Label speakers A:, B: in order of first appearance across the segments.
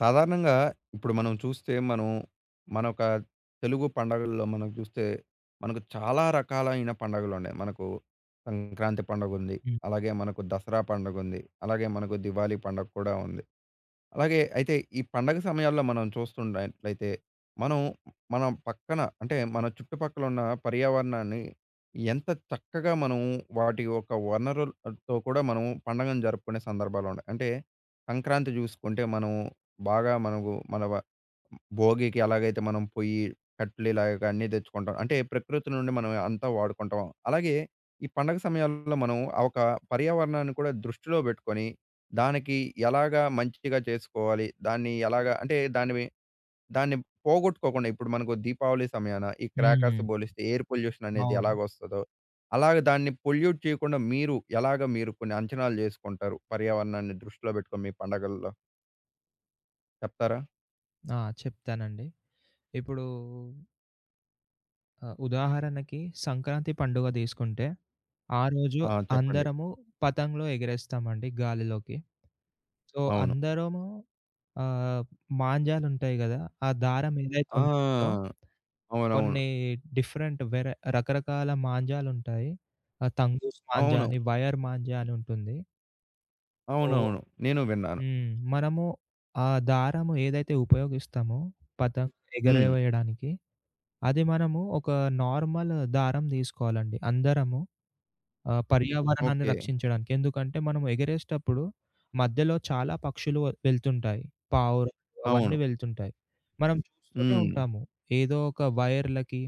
A: సాధారణంగా ఇప్పుడు మనం చూస్తే మనం మన ఒక తెలుగు పండగల్లో మనం చూస్తే మనకు చాలా రకాలైన పండగలు ఉన్నాయి. మనకు సంక్రాంతి పండగుంది.
B: హ్మ్.
A: అలాగే మనకు దసరా పండగుంది. అలాగే మనకు దివాళీ పండగ కూడా ఉంది. అలాగే అయితే ఈ పండగ సమయాల్లో మనం చూస్తున్నట్లయితే, మనం మన పక్కన అంటే మన చుట్టుపక్కల ఉన్న పర్యావరణాన్ని ఎంత చక్కగా మనం వాటి యొక్క వనరులతో కూడా మనం పండగను జరుపుకునే సందర్భాలు ఉన్నాయి. అంటే సంక్రాంతి చూసుకుంటే మనం బాగా మనకు మన వ భోగికి ఎలాగైతే మనం పొయ్యి, కట్లు ఇలాగ అన్నీ తెచ్చుకుంటాం. అంటే ప్రకృతి నుండి మనం అంతా వాడుకుంటాం. అలాగే ఈ పండగ సమయాల్లో మనం ఆ ఒక పర్యావరణాన్ని కూడా దృష్టిలో పెట్టుకొని దానికి ఎలాగా మంచిగా చేసుకోవాలి? దాన్ని ఎలాగా అంటే దాన్ని పోగొట్టుకోకుండా ఇప్పుడు మనకు దీపావళి సమయాన ఈ క్రాకర్స్
B: హ్మ్.
A: బోలిస్తే ఎయిర్ పొల్యూషన్ అనేది
B: అవును.
A: ఎలాగొస్తదో, అలాగే దాన్ని పొల్యూట్ చేయకుండా మీరు కొన్ని అంచనాలు జేసుకుంటారు? పర్యావరణాన్ని దృష్టిలో పెట్టుకొని మీ పండగల్లో చెప్తారా?
B: ఆ! చెప్తానండి. ఇప్పుడు ఉదాహరణకి సంక్రాంతి పండుగ తీసుకుంటే, ఆ రోజు
A: ఆ! చెప్పండి.
B: అందరము పతంగులు ఎగరేస్తామండి గాలిలోకి. సో,
A: అవును.
B: అందరము ఆహ్, మాంజాలుంటాయి గదా! ఆ దారం ఏదైతే ఉంటుందో
A: ఆ! అవునవును.
B: కొన్ని వేరే రకరకాల మాంజాలుంటాయి. తంగూస్ మాంజా
A: అవును.
B: అని, వైర్ మాంజా అని ఉంటుంది. సో,
A: అవునవును. నేను విన్నాను.
B: హ్మ్. మనము ఆ దారము ఏదైతే ఉపయోగిస్తామో పతంగులు
A: హ్మ్.
B: ఎగరేయడానికి, అది మనము ఒక నార్మల్ దారం తీసుకోవాలండి. అందరము పర్యావరణాన్ని
A: ఓకే.
B: రక్షించడానికి. ఎందుకంటే మనం ఎగరేసేటప్పుడు మధ్యలో చాలా పక్షులు వెళ్తుంటాయి. పావురాలు అవన్నీ
A: అవును.
B: వెళ్తుంటాయి. మనం చూస్తూనే
A: హ్మ్.
B: ఉంటాము. ఏదో ఒక వైర్‌లకి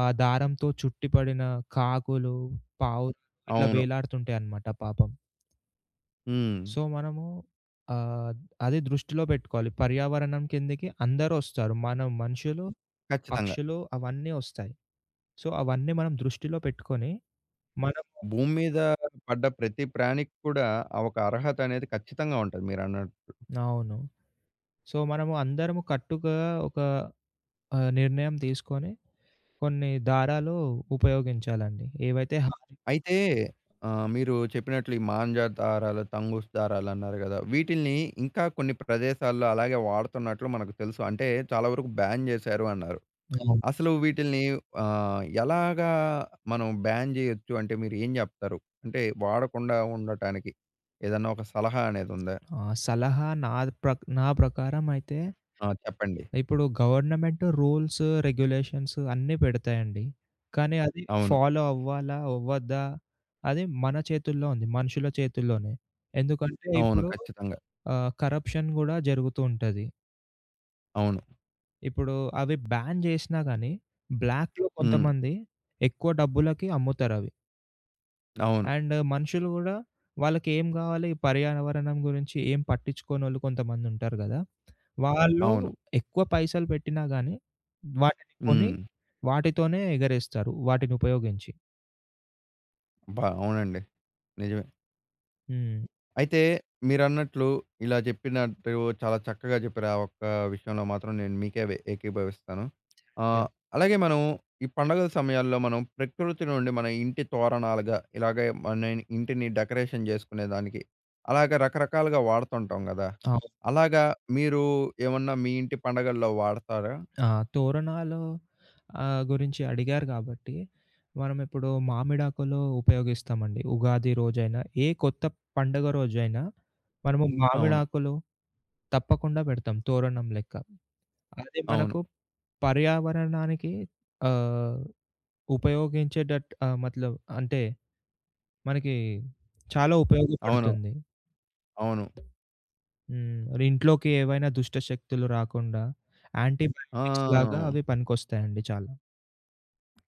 B: ఆ దారంతో చుట్టి పడిన కాకులు, పావురాలు ఇట్లా
A: అవును.
B: వేలాడుతుంటాయన్నమాట పాపం.
A: హ్మ్.
B: సో, మనము ఆహ్, అది దృష్టిలో పెట్టుకోవాలి. పర్యావరణం కిందకి అందరూ వస్తారు. మనం మనుషులు,
A: ఖచ్చితంగా.
B: పక్షులు అవన్నీ వస్తాయి. సో, అవన్నీ మనం దృష్టిలో పెట్టుకొని మనము
A: భూమి మీద పడ్డ ప్రతి ప్రాణికి కూడా ఆ ఒక అర్హత అనేది ఖచ్చితంగా ఉంటది మీరన్నట్టు.
B: అవును. సో, మనము అందరము కట్టుగా ఒక నిర్ణయం తీసుకొని కొన్ని దారాలు ఉపయోగించాలండి. ఏవైతే హాని
A: అయితే
B: అని.
A: మీరు చెప్పినట్లు ఈ మాంజా దారాలు, తంగుస్ దారాలు అన్నారు గదా! వీటిల్ని ఇంకా కొన్ని ప్రదేశాల్లో అలాగే వాడుతున్నట్లు మనకు తెలుసు. అంటే చాలా వరకు బ్యాన్ జేశారు అన్నారు.
B: అవును.
A: అసలు వీటిల్ని ఎలాగా మనం బ్యాన్ జేయొచ్చు అంటే మీరు ఏం జెప్తారు? అంటే వాడకుండా ఉండటానికి ఏదన్నా ఒక సలహా అనేదుందా?
B: ఆ సలహా నా ప్రకారం అయితే
A: ఆ! చెప్పండి.
B: ఇప్పుడు గవర్నమెంట్ రూల్స్, రెగ్యులేషన్స్ అన్నీ పెడతాయండి. కానీ అది
A: అవును.
B: ఫాలో అవ్వాలా? అవ్వద్దా? అది మన చేతుల్లో ఉంది. మనుషుల చేతుల్లోనే. ఎందుకంటే
A: అవును.
B: ఇప్పుడు
A: ఖచ్చితంగా.
B: కరప్షన్ గూడా జరుగుతూ ఉంటది.
A: అవును.
B: ఇప్పుడు అవి బ్యాన్ జేసినా గానీ, బ్లాక్‌లో
A: హ్మ్.
B: కొంతమంది ఎక్కువ డబ్బులకి అమ్ముతారవి.
A: అవును.
B: అండ్ మనుషులు గూడా వాళ్ళకేం గావాలి, పర్యావరణం గురించి ఏం పట్టించుకోనోళ్ళు కొంతమందుంటారు గదా! వాళ్ళు
A: అవును.
B: ఎక్కువ పైసలు పెట్టినా గానీ, వాటిని కొని
A: హ్మ్.
B: వాటితోనే ఎగరేస్తారు వాటిని ఉపయోగించి.
A: అబ్బా! అవునండి. నిజమే.
B: హ్మ్.
A: అయితే మీరన్నట్లు ఇలా చెప్పినట్టు చాలా చక్కగా చెప్పారు. ఆ ఒక్క విషయంలో మాత్రం నేను మీకే వే ఏకీభవిస్తాను.
B: ఓకే.
A: ఆహ్, అలాగే మనం ఈ పండగల సమయాల్లో మనం ప్రకృతి నుండి మన ఇంటి తోరణాలుగా ఇలాగే మన ఇంటిని డెకరేషన్ చేసుకునేదానికి అలాగే రకరకాలుగా వాడుతుంటాం గదా!
B: అవును.
A: అలాగా మీరు ఏమన్నా మీ ఇంటి పండగల్లో వాడతారా?
B: ఆ! తోరణాలు గురించి అడిగారు గాబట్టి, మనమిప్పుడు మామిడాకులు ఉపయోగిస్తామండి. ఉగాది రోజైనా, ఏ కొత్త పండుగ రోజైనా మనము హ్మ్.
A: అవును.
B: మామిడాకులు తప్పకుండా పెడతాం తోరణం లెక్క. అది
A: అవును.
B: మనకు పర్యావరణానికి ఆహ్, ఉపయోగించేటట్టు, మతలబ్ అంటే మనకి చాలా
A: అవును.
B: ఉపయోగపడుతుంది.
A: అవును.
B: హ్మ్. ఇంట్లోకి ఏవైనా దుష్ట శక్తులు రాకుండా యాంటీబయాటిక్స్ లాగా
A: ఆ!
B: అవి పనికొస్తాయండి చాలా.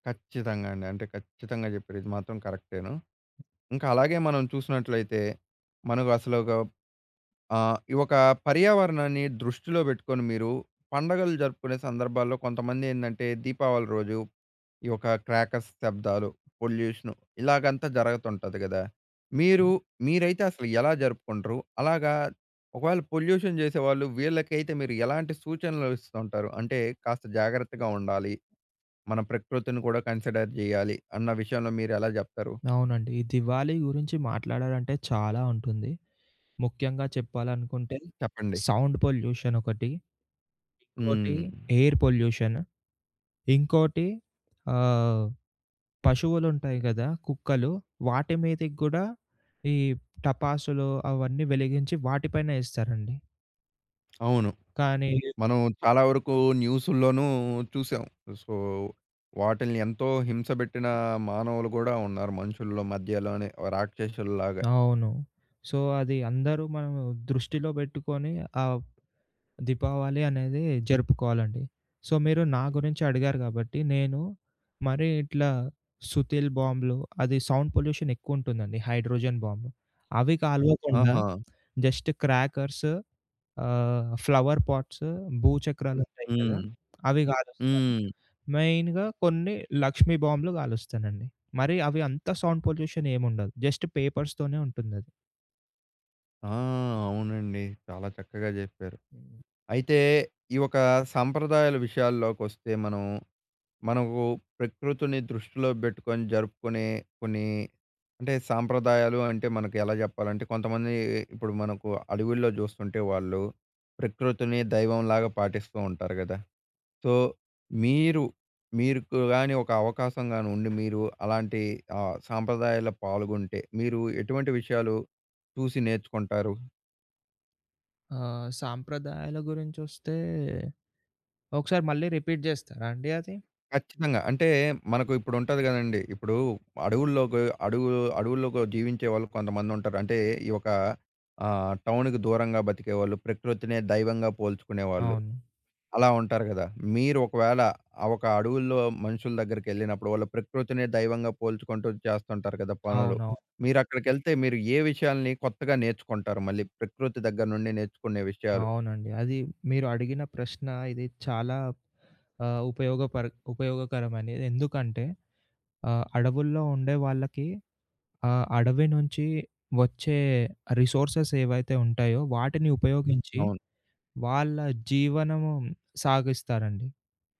A: ఖచ్చితంగా అండి. అంటే ఖచ్చితంగా చెప్పారు. ఇది మాత్రం కరెక్టేను. ఇంకా అలాగే మనం చూసినట్లయితే, మనకు అసలు ఒక ఈ ఒక పర్యావరణాన్ని దృష్టిలో పెట్టుకొని మీరు పండగలు జరుపుకునే సందర్భాల్లో కొంతమందేందంటే, దీపావళి రోజు ఈ యొక్క క్రాకర్స్ శబ్దాలు, పొల్యూషను ఇలాగంతా జరుగుతుంటది గదా! మీరు మీరైతే అసలు ఎలా జరుపుకుంటారు? అలాగా ఒకవేళ పొల్యూషన్ చేసేవాళ్ళు వీళ్ళకైతే మీరు ఎలాంటి సూచనలు ఇస్తుంటారు? అంటే కాస్త జాగ్రత్తగా ఉండాలి. మన ప్రకృతిని కూడా కన్సిడర్ జేయాలి అన్న విషయంలో మీరెలా జెప్తారు?
B: అవునండి. ఈ దివాళీ గురించి మాట్లాడాలంటే చాలా ఉంటుంది. ముఖ్యంగా చెప్పాలనుకుంటే
A: చెప్పండి.
B: సౌండ్ పొల్యూషన్ ఒకటి, ఇంకోటి
A: హ్మ్.
B: ఎయిర్ పొల్యూషన్, ఇంకోటి ఆహ్, పశువులుంటాయి గదా! కుక్కలు. వాటి మీదకి గూడా ఈ టపాసులు అవన్నీ వెలిగించి వాటిపైన ఎస్తారండి.
A: అవును.
B: కానీ
A: మనం చాలా వరకు న్యూసుల్లోనూ చూసాం. సో, వాటిల్ని ఎంతో హింసబెట్టిన మానవులు గూడా ఉన్నారు మనుషుల్లో మధ్యలోనే రాక్షసుల్లాగా.
B: అవును. సో, అది అందరూ మనం దృష్టిలో బెట్టుకొని ఆహ్ దీపావళి అనేది జరుపుకోవాలండి. సో, మీరు నా గురించి అడిగారు గాబట్టి, నేను మరీ ఇట్లా సుతీల్ బాంబులు, అది సౌండ్ పొల్యూషన్ ఎక్కువుంటుందండి. Hydrogen bomb. అవి కాలువకుండా
A: ఆహా!
B: జస్ట్ క్రాకర్స్, ఫ్లవర్ పాట్స్, భూచక్రాలుంటాయి కదా!
A: హ్మ్.
B: అవి గాలుస్తాను.
A: హ్మ్.
B: మెయిన్‌గా కొన్ని లక్ష్మీ బాంబులు గాలుస్తానండి. మరి అవి అంత సౌండ్ పొల్యూషన్ ఏముండదు. జస్ట్ పేపర్స్‌తోనే ఉంటుందది.
A: ఆ! అవునండి. చాలా చక్కగా జెప్పారు.
B: హ్మ్.
A: అయితే ఈ ఒక సాంప్రదాయాల విషయాల్లోకొస్తే మనం మనకు ప్రకృతిని దృష్టిలో బెట్టుకొని జరుపుకునే కొన్ని అంటే సాంప్రదాయాలు అంటే మనకు ఎలా జెప్పాలంటే కొంతమంది ఇప్పుడు మనకు అడవుల్లో జూస్తుంటే వాళ్ళు ప్రకృతిని దైవంలాగా పాటిస్తూ ఉంటారు గదా! సో, మీరు మీకు గాని ఒక అవకాశం గాని ఉండి మీరు అలాంటి సాంప్రదాయాల్లో పాల్గొంటే మీరు ఎటువంటి విషయాలు చూసి నేర్చుకుంటారు?
B: సాంప్రదాయాల గురించొస్తే ఒకసారి మళ్ళీ రిపీట్ జేస్తారా అండి అది?
A: ఖచ్చితంగా. అంటే మనకు ఇప్పుడుంటది గదండీ. ఇప్పుడు అడవుల్లోకి అడుగు అడవుల్లోకి జీవించే వాళ్ళు కొంతమందుంటారు. అంటే ఈ ఒక టౌన్‌కి దూరంగా బతికేవాళ్ళు, ప్రకృతినే దైవంగా పోల్చుకునేవాళ్ళు
B: అవును.
A: అలా ఉంటారు గదా! మీరు ఒకవేళ ఆ ఒక అడవుల్లో మనుషుల దగ్గరికెళ్ళినప్పుడు వాళ్ళు ప్రకృతినే దైవంగా పోల్చుకుంటూ చేస్తుంటారు కదా పనులు.
B: అవునవును.
A: మీరక్కడికెళ్తే మీరు ఏ విషయాల్ని కొత్తగా నేర్చుకుంటారు మళ్ళీ ప్రకృతి దగ్గర నుండి నేర్చుకునే విషయాలు?
B: అవునండి. అది మీరు అడిగిన ప్రశ్న ఇది చాలా ఆహ్, ఉపయోగపర ఉపయోగకరమనేది. ఎందుకంటే అడవుల్లో ఉండే వాళ్ళకి అడవి నుంచి వచ్చే రిసోర్సెస్ ఏవైతే ఉంటాయో వాటిని ఉపయోగించి
A: అవును.
B: వాళ్ళ జీవనము సాగిస్తారండి.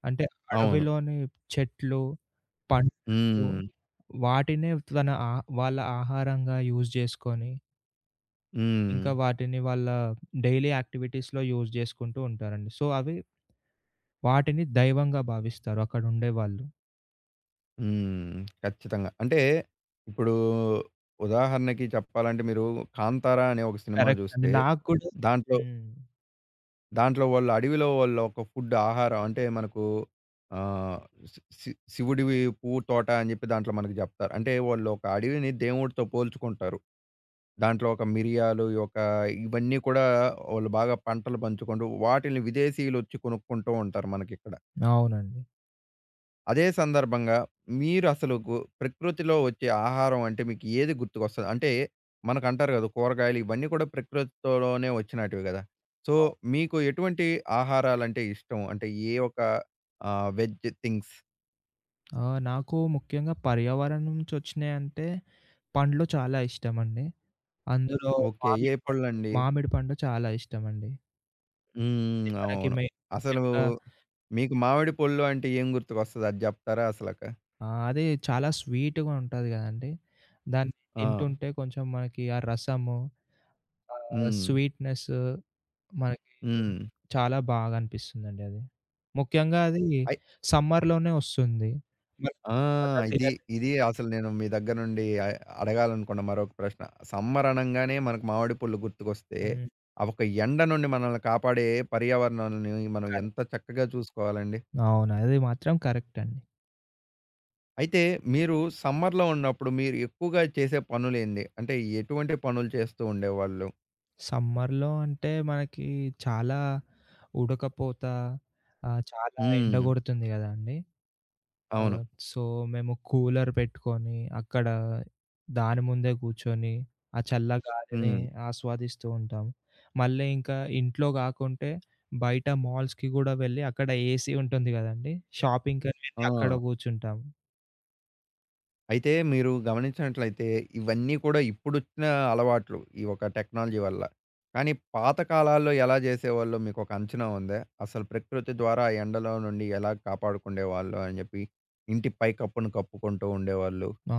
B: అంటే
A: అవును.
B: అడవిలోని చెట్లు, పండ్లు
A: హ్మ్.
B: వాటినే తన ఆ వాళ్ళ ఆహారంగా యూజ్ జేసుకొని
A: హ్మ్.
B: ఇంకా వాటిని వాళ్ళ డైలీ యాక్టివిటీస్‌లో యూజ్ జేసుకుంటూ ఉంటారండి. సో, అవి వాటిని దైవంగా భావిస్తారు అక్కడుండేవాళ్ళు.
A: హ్మ్. ఖచ్చితంగా. అంటే ఇప్పుడు ఉదాహరణకి చెప్పాలంటే మీరు 'కాంతార' అనే ఒక సినిమా
B: కరెక్ట్ అండి.
A: జూస్తే
B: నాకు కూడా
A: దాంట్లో
B: హ్మ్.
A: దాంట్లో వాళ్ళు అడవిలో వాళ్ళు ఒక ఫుడ్ ఆహారం అంటే మనకు ఆహ్, శి శి శివుడివి పువ్వు తోట అని జెప్పి దాంట్లో మనకు జెప్తారు. అంటే వాళ్ళు ఒక అడవిని దేవుడితో పోల్చుకుంటారు. దాంట్లో ఒక మిరియాలు, ఈ యొక్క ఇవన్నీ కూడా వాళ్ళు బాగా పంటలు పంచుకుంటూ వాటిల్ని విదేశీయులొచ్చి కొనుక్కుంటూ ఉంటారు మనకిక్కడ.
B: అవునండి.
A: అదే సందర్భంగా మీరు అసలు గు ప్రకృతిలో వచ్చే ఆహారం అంటే మీకు ఏది గుర్తుకొస్తది? అంటే మనకంటారు కదా! కూరగాయలు ఇవన్నీ కూడా ప్రకృతితోనే వచ్చినటివి కదా! సో,
B: అవును.
A: మీకు ఎటువంటి ఆహారాలంటే ఇష్టం? అంటే ఏ ఒక వెజ్ థింగ్స్
B: నాకు ముఖ్యంగా పర్యావరణం నుంచొచ్చినయంటే పండ్లు చాలా ఇష్టమండి. అందులో
A: ఓకే. ఏ
B: మామిడి పండు
A: పళ్ళండి?
B: మామిడి పండు చాలా ఇష్టమండి. అది
A: హ్మ్.
B: మనకి
A: అవును.
B: మె
A: అసలు
B: ముఖ్యంగా
A: మీకు మామిడి పళ్ళు అంటే ఏం గుర్తుకొస్తది? అది జెప్తారా అసలక?
B: అది చాలా స్వీట్‌గా ఉంటది గదండీ! దాన్ని
A: ఆ!
B: తింటుంటే కొంచెం మనకి ఆ రసము,
A: హ్మ్.
B: స్వీట్‌నెస్ మనకి
A: హ్మ్.
B: చాలా బాగా అనిపిస్తుందండి అది. ముఖ్యంగా అది
A: అయ్
B: సమ్మర్‌లోనే వస్తుంది. మరి
A: ఆ!
B: తర్వాత
A: ఇది,
B: తినలేం.
A: ఇది అసలు నేను మీ దగ్గర నుండి అడగాలనుకున్న మరొక ప్రశ్న. సమ్మర్ అనంగానే మనకు మామిడి పళ్ళు గుర్తుకొస్తే,
B: హ్మ్.
A: ఆ ఒక ఎండ నుండి మనల్ని కాపాడే పర్యావరణాన్ని మనం ఎంత
B: కరెక్ట్.
A: చక్కగా చూసుకోవాలండి.
B: అవును. అది మాత్రం కరెక్ట్ అండి.
A: అయితే మీరు సమ్మర్‌లో ఉన్నప్పుడు మీరు ఎక్కువగా చేసే పనులేంది? అంటే ఎటువంటి పనులు చేస్తూ ఉండేవాళ్ళు?
B: సమ్మర్‌లో అంటే మనకి చాలా ఉడకపోత, చాలా ఎండ
A: హ్మ్.
B: గొడుతుంది గదండీ! ఆ!
A: అవును.
B: సో, మేము కూలర్ పెట్టుకొని, అక్కడ దాని ముందే కూర్చొని, ఆ చల్ల గాలిని
A: హ్మ్.
B: ఆస్వాదిస్తూ ఉంటాం. మళ్ళీ ఇంకా ఇంట్లో కాకుంటే, బయట మాల్స్‌కి గూడా వెళ్ళి, అక్కడ ఏసీ ఉంటుంది గదండీ! షాపింగ్‌కని వెళ్ళి
A: ఆ!
B: అక్కడ కూర్చుంటాం.
A: అయితే మీరు గమనించినట్లయితే ఇవన్నీ కూడా ఇప్పుడొచ్చిన అలవాట్లు. ఈ ఒక టెక్నాలజీ వల్ల. కానీ పాత కాలాల్లో ఎలా చేసేవాళ్ళో మీకొక అంచనా ఉందా? అసలు ప్రకృతి ద్వారా ఆ ఎండలో నుండి ఎలా కాపాడుకుండేవాళ్ళు అని చెప్పి, ఇంటి పైకప్పును కప్పుకుంటూ ఉండేవాళ్ళు.
B: ఆ!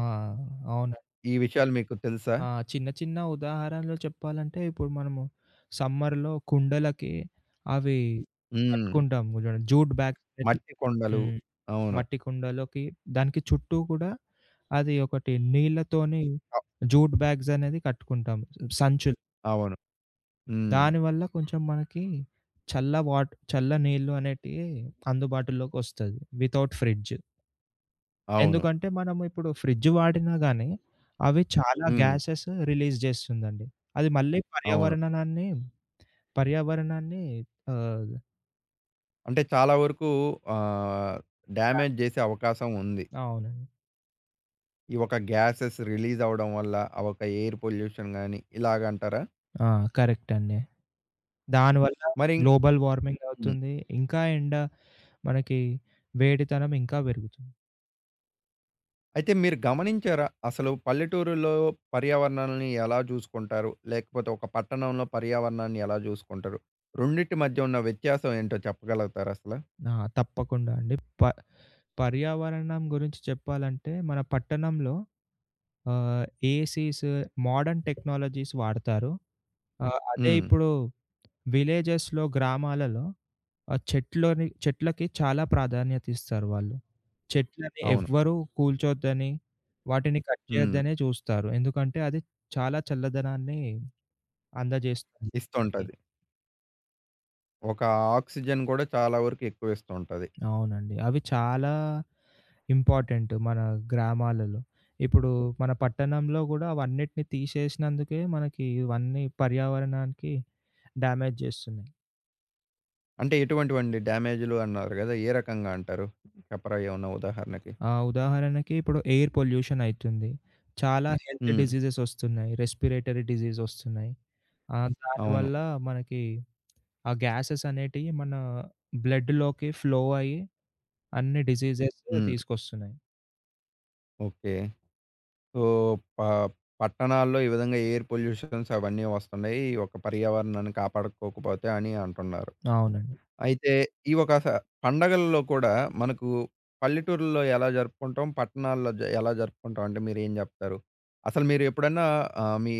B: అవునండి.
A: ఈ విషయాలు మీకు తెలుసా?
B: ఆ! చిన్న చిన్న ఉదాహరణలు చెప్పాలంటే, ఇప్పుడు మనము సమ్మర్‌లో కుండలకి అవి
A: హ్మ్.
B: కట్టుకుంటాం చూడండి. జూట్ బ్యాగ్స్ అనేటివి,
A: మట్టి కొండలు.
B: హ్మ్.
A: అవును.
B: మట్టి కుండలోకి దానికి చుట్టూ కూడా అది ఒకటి నీళ్ళతోని
A: అ
B: జూట్ బ్యాగ్స్ అనేది కట్టుకుంటాం. సంచులు.
A: అవును. హ్మ్.
B: దానివల్ల కొంచెం మనకి చల్ల నీళ్ళు అనేటివి అందుబాటులోకొస్తది. Without fridge.
A: అవును.
B: ఎందుకంటే మనం ఇప్పుడు ఫ్రిడ్జ్ వాడినా గాని అవి చాలా
A: హ్మ్.
B: గ్యాసెస్ రిలీజ్ చేస్తుందండి. అది మళ్ళీ
A: అవును.
B: పర్యావరణాన్ని పర్యావరణాన్ని ఆహ్,
A: అంటే చాలా వరకు ఆహ్,
B: దా
A: డ్యామేజ్ చేసే అవకాశం ఉంది.
B: అవునండి.
A: ఈ ఒక గ్యాసెస్ రిలీజ్ అవ్వడం వల్ల, ఆ ఒక ఎయిర్ పొల్యూషన్ గాని ఇలాగంటారా?
B: ఆ! కరెక్ట్ అండి. దానివల్ల
A: మరి ఇంక్
B: గ్లోబల్ వార్మింగ్
A: హ్మ్.
B: అవుతుంది. ఇంకా ఎండ మనకి వేడితనం ఇంకా పెరుగుతుంది.
A: అయితే మీరు గమనించారా? అసలు పల్లెటూరుల్లో పర్యావరణాలని ఎలా చూసుకుంటారు? లేకపోతే ఒక పట్టణంలో పర్యావరణాన్ని ఎలా చూసుకుంటారు? రెండిటి మధ్య ఉన్న వ్యత్యాసం ఏంటో చెప్పగలుగుతారా అసల?
B: ఆ! తప్పకుండా అండి. ప పర్యావరణం గురించి చెప్పాలంటే మన పట్టణంలో ఆహ్, ఏసీస్, మోడర్న్ టెక్నాలజీస్ వాడతారు. అదే
A: హ్మ్.
B: ఇప్పుడు విలేజెస్‌లో, గ్రామాలలో చెట్లకి చాలా ప్రాధాన్యత ఇస్తారు వాళ్ళు. చెట్లని
A: అవును.
B: ఎవ్వరూ కూల్చొద్దని, వాటిని కట్
A: హ్మ్.
B: చేయొద్దనే చూస్తారు. ఎందుకంటే అది చాలా చల్లదనాన్ని అందజేస్తుంది అందరికీ.
A: ఇస్తుంటది. ఒక ఆక్సిజన్ కూడా చాలా వరకు ఎక్కువిస్తూ ఉంటది.
B: అవునండి. అవి చాలా ఇంపార్టెంట్ మన గ్రామాలలో. ఇప్పుడు మన పట్టణంలో గూడా అవన్నిటిని తీసేసినందుకే మనకి ఇవన్నీ పర్యావరణానికి డ్యామేజ్ జేస్తున్నాయి.
A: అంటే ఎటువంటివండి డ్యామేజులు అన్నారు గదా! ఏ రకంగా అంటారు? చెప్పరా ఏమన్నా ఉదాహరణకి?
B: ఉదాహరణకి ఇప్పుడు ఎయిర్ పొల్యూషన్ అయితుంది. చాలా హెల్త్
A: హ్మ్.
B: డిసీజెస్ ఒస్తున్నాయి. రెస్పిరేటరీ డిసీజ్ ఒస్తున్నాయి.
A: అవును.
B: దానివల్ల మనకి ఆ గ్యాసెస్ అనేటియి మన బ్లడ్‌లోకి ఫ్లో అయ్యి అన్ని డిసీజెస్
A: హ్మ్.
B: తీసుకొస్తున్నాయి.
A: ఓకే. సో, ప పట్టణాల్లో ఈ విధంగా ఎయిర్ పొల్యూషన్స్ అవన్నీ వస్తున్నాయి. ఈ యొక్క పర్యావరణాన్ని కాపాడుకోకపోతే అని అంటున్నారు.
B: అవునండి.
A: అయితే ఈ ఒక స పండగల్లో కూడా మనకు పల్లెటూరుల్లో ఎలా జరుపుకుంటాం? పట్టణాల్లో ఎలా జరుపుకుంటాం? అంటే మీరేం జెప్తారు? అసలు మీరు ఎప్పుడన్నా మీ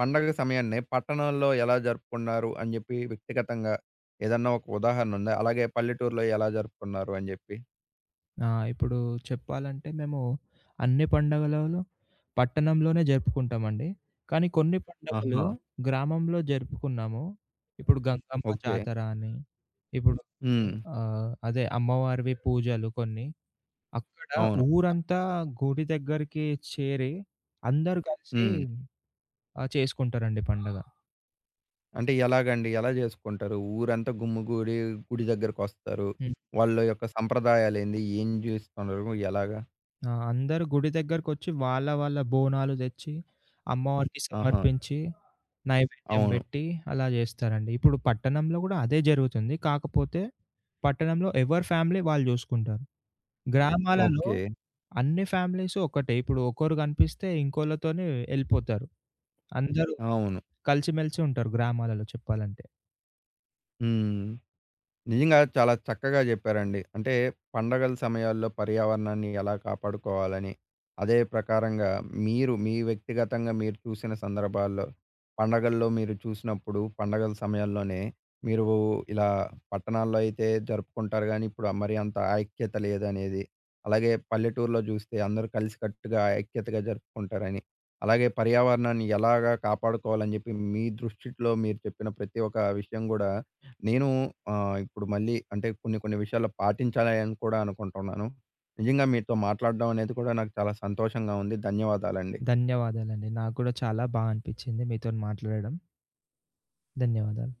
A: పండగ సమయాన్ని పట్టణాల్లో ఎలా జరుపుకున్నారు అని జెప్పి వ్యక్తిగతంగా ఏదన్నా ఒక ఉదాహరణ ఉందా? అలాగే పల్లెటూరులో ఎలా జరుపుకున్నారు అని జెప్పి?
B: ఆ! ఇప్పుడు చెప్పాలంటే మేము అన్ని పండగలలో పట్టణంలోనే జరుపుకుంటామండి. కానీ కొన్ని పండగలు
A: ఆహా!
B: గ్రామంలో జరుపుకున్నాము. ఇప్పుడు గంగమ్మ
A: ఓకే.
B: జాతర అని, ఇప్పుడు
A: హ్మ్.
B: అదే అమ్మవారివి పూజలు కొన్ని. అక్కడ
A: అవును.
B: ఊరంతా గుడి దగ్గరికి చేరి అందరూ కలిసి
A: హ్మ్.
B: చేసుకుంటారండి పండగ.
A: అంటే ఎలాగండి? ఎలా జేసుకుంటారు? ఊరంతా గుమ్మిగూడి గుడి దగ్గరకొస్తారు.
B: హ్మ్.
A: వాళ్ళ యొక్క సంప్రదాయాలేంది? ఏం జేస్తున్నారు? ఎలాగా?
B: ఆ! అందరూ గుడి దగ్గరకొచ్చి వాళ్ళ వాళ్ళ బోనాలు తెచ్చి, అమ్మవారికి
A: ఆహా!
B: సమర్పించి, నైవేద్యం
A: అవును.
B: బెట్టి అలా జేస్తారండి. ఇప్పుడు పట్టణంలో గూడా అదే జరుగుతుంది. కాకపోతే పట్టణంలో ఎవరి ఫ్యామిలీ వాళ్ళు జూసుకుంటారు. గ్రామాలలో
A: ఓకే.
B: అన్ని ఫ్యామిలీస్ ఒకటే. ఇప్పుడు ఒకరు గనిపిస్తే ఇంకోళ్ళతోని ఎళ్ళిపోతారు. అందరూ
A: అవును.
B: కలిసిమెలిసి ఉంటారు గ్రామాలలో చెప్పాలంటే.
A: హ్మ్. నిజంగా చాలా చక్కగా చెప్పారండి. అంటే పండగల సమయాల్లో పర్యావరణాన్ని ఎలా కాపాడుకోవాలని, అదే ప్రకారంగా మీరు మీ వ్యక్తిగతంగా మీరు చూసిన సందర్భాల్లో, పండగల్లో మీరు చూసినప్పుడు పండగల సమయాల్లోనే మీరు ఇలా పట్టణాల్లో అయితే జరుపుకుంటారు గానీ, ఇప్పుడు మరి అంత ఐక్యత లేదనేది, అలాగే పల్లెటూరులో చూస్తే అందరూ కలిసికట్టుగా ఐక్యతగా జరుపుకుంటారని, అలాగే పర్యావరణాన్ని ఎలాగా కాపాడుకోవాలని చెప్పి మీ దృష్టిలో మీరు చెప్పిన ప్రతి ఒక్క విషయం గూడా నేను ఇప్పుడు మళ్ళీ అంటే కొన్ని కొన్ని విషయాల్లో పాటించాలి అని కూడా అనుకుంటున్నాను. నిజంగా మీతో మాట్లాడడం అనేది కూడా నాకు చాలా సంతోషంగా ఉంది. ధన్యవాదాలండి.
B: ధన్యవాదాలండి. నాకు గూడా చాలా బా అనిపిచ్చింది మీతోని మాట్లాడడం. ధన్యవాదాలు.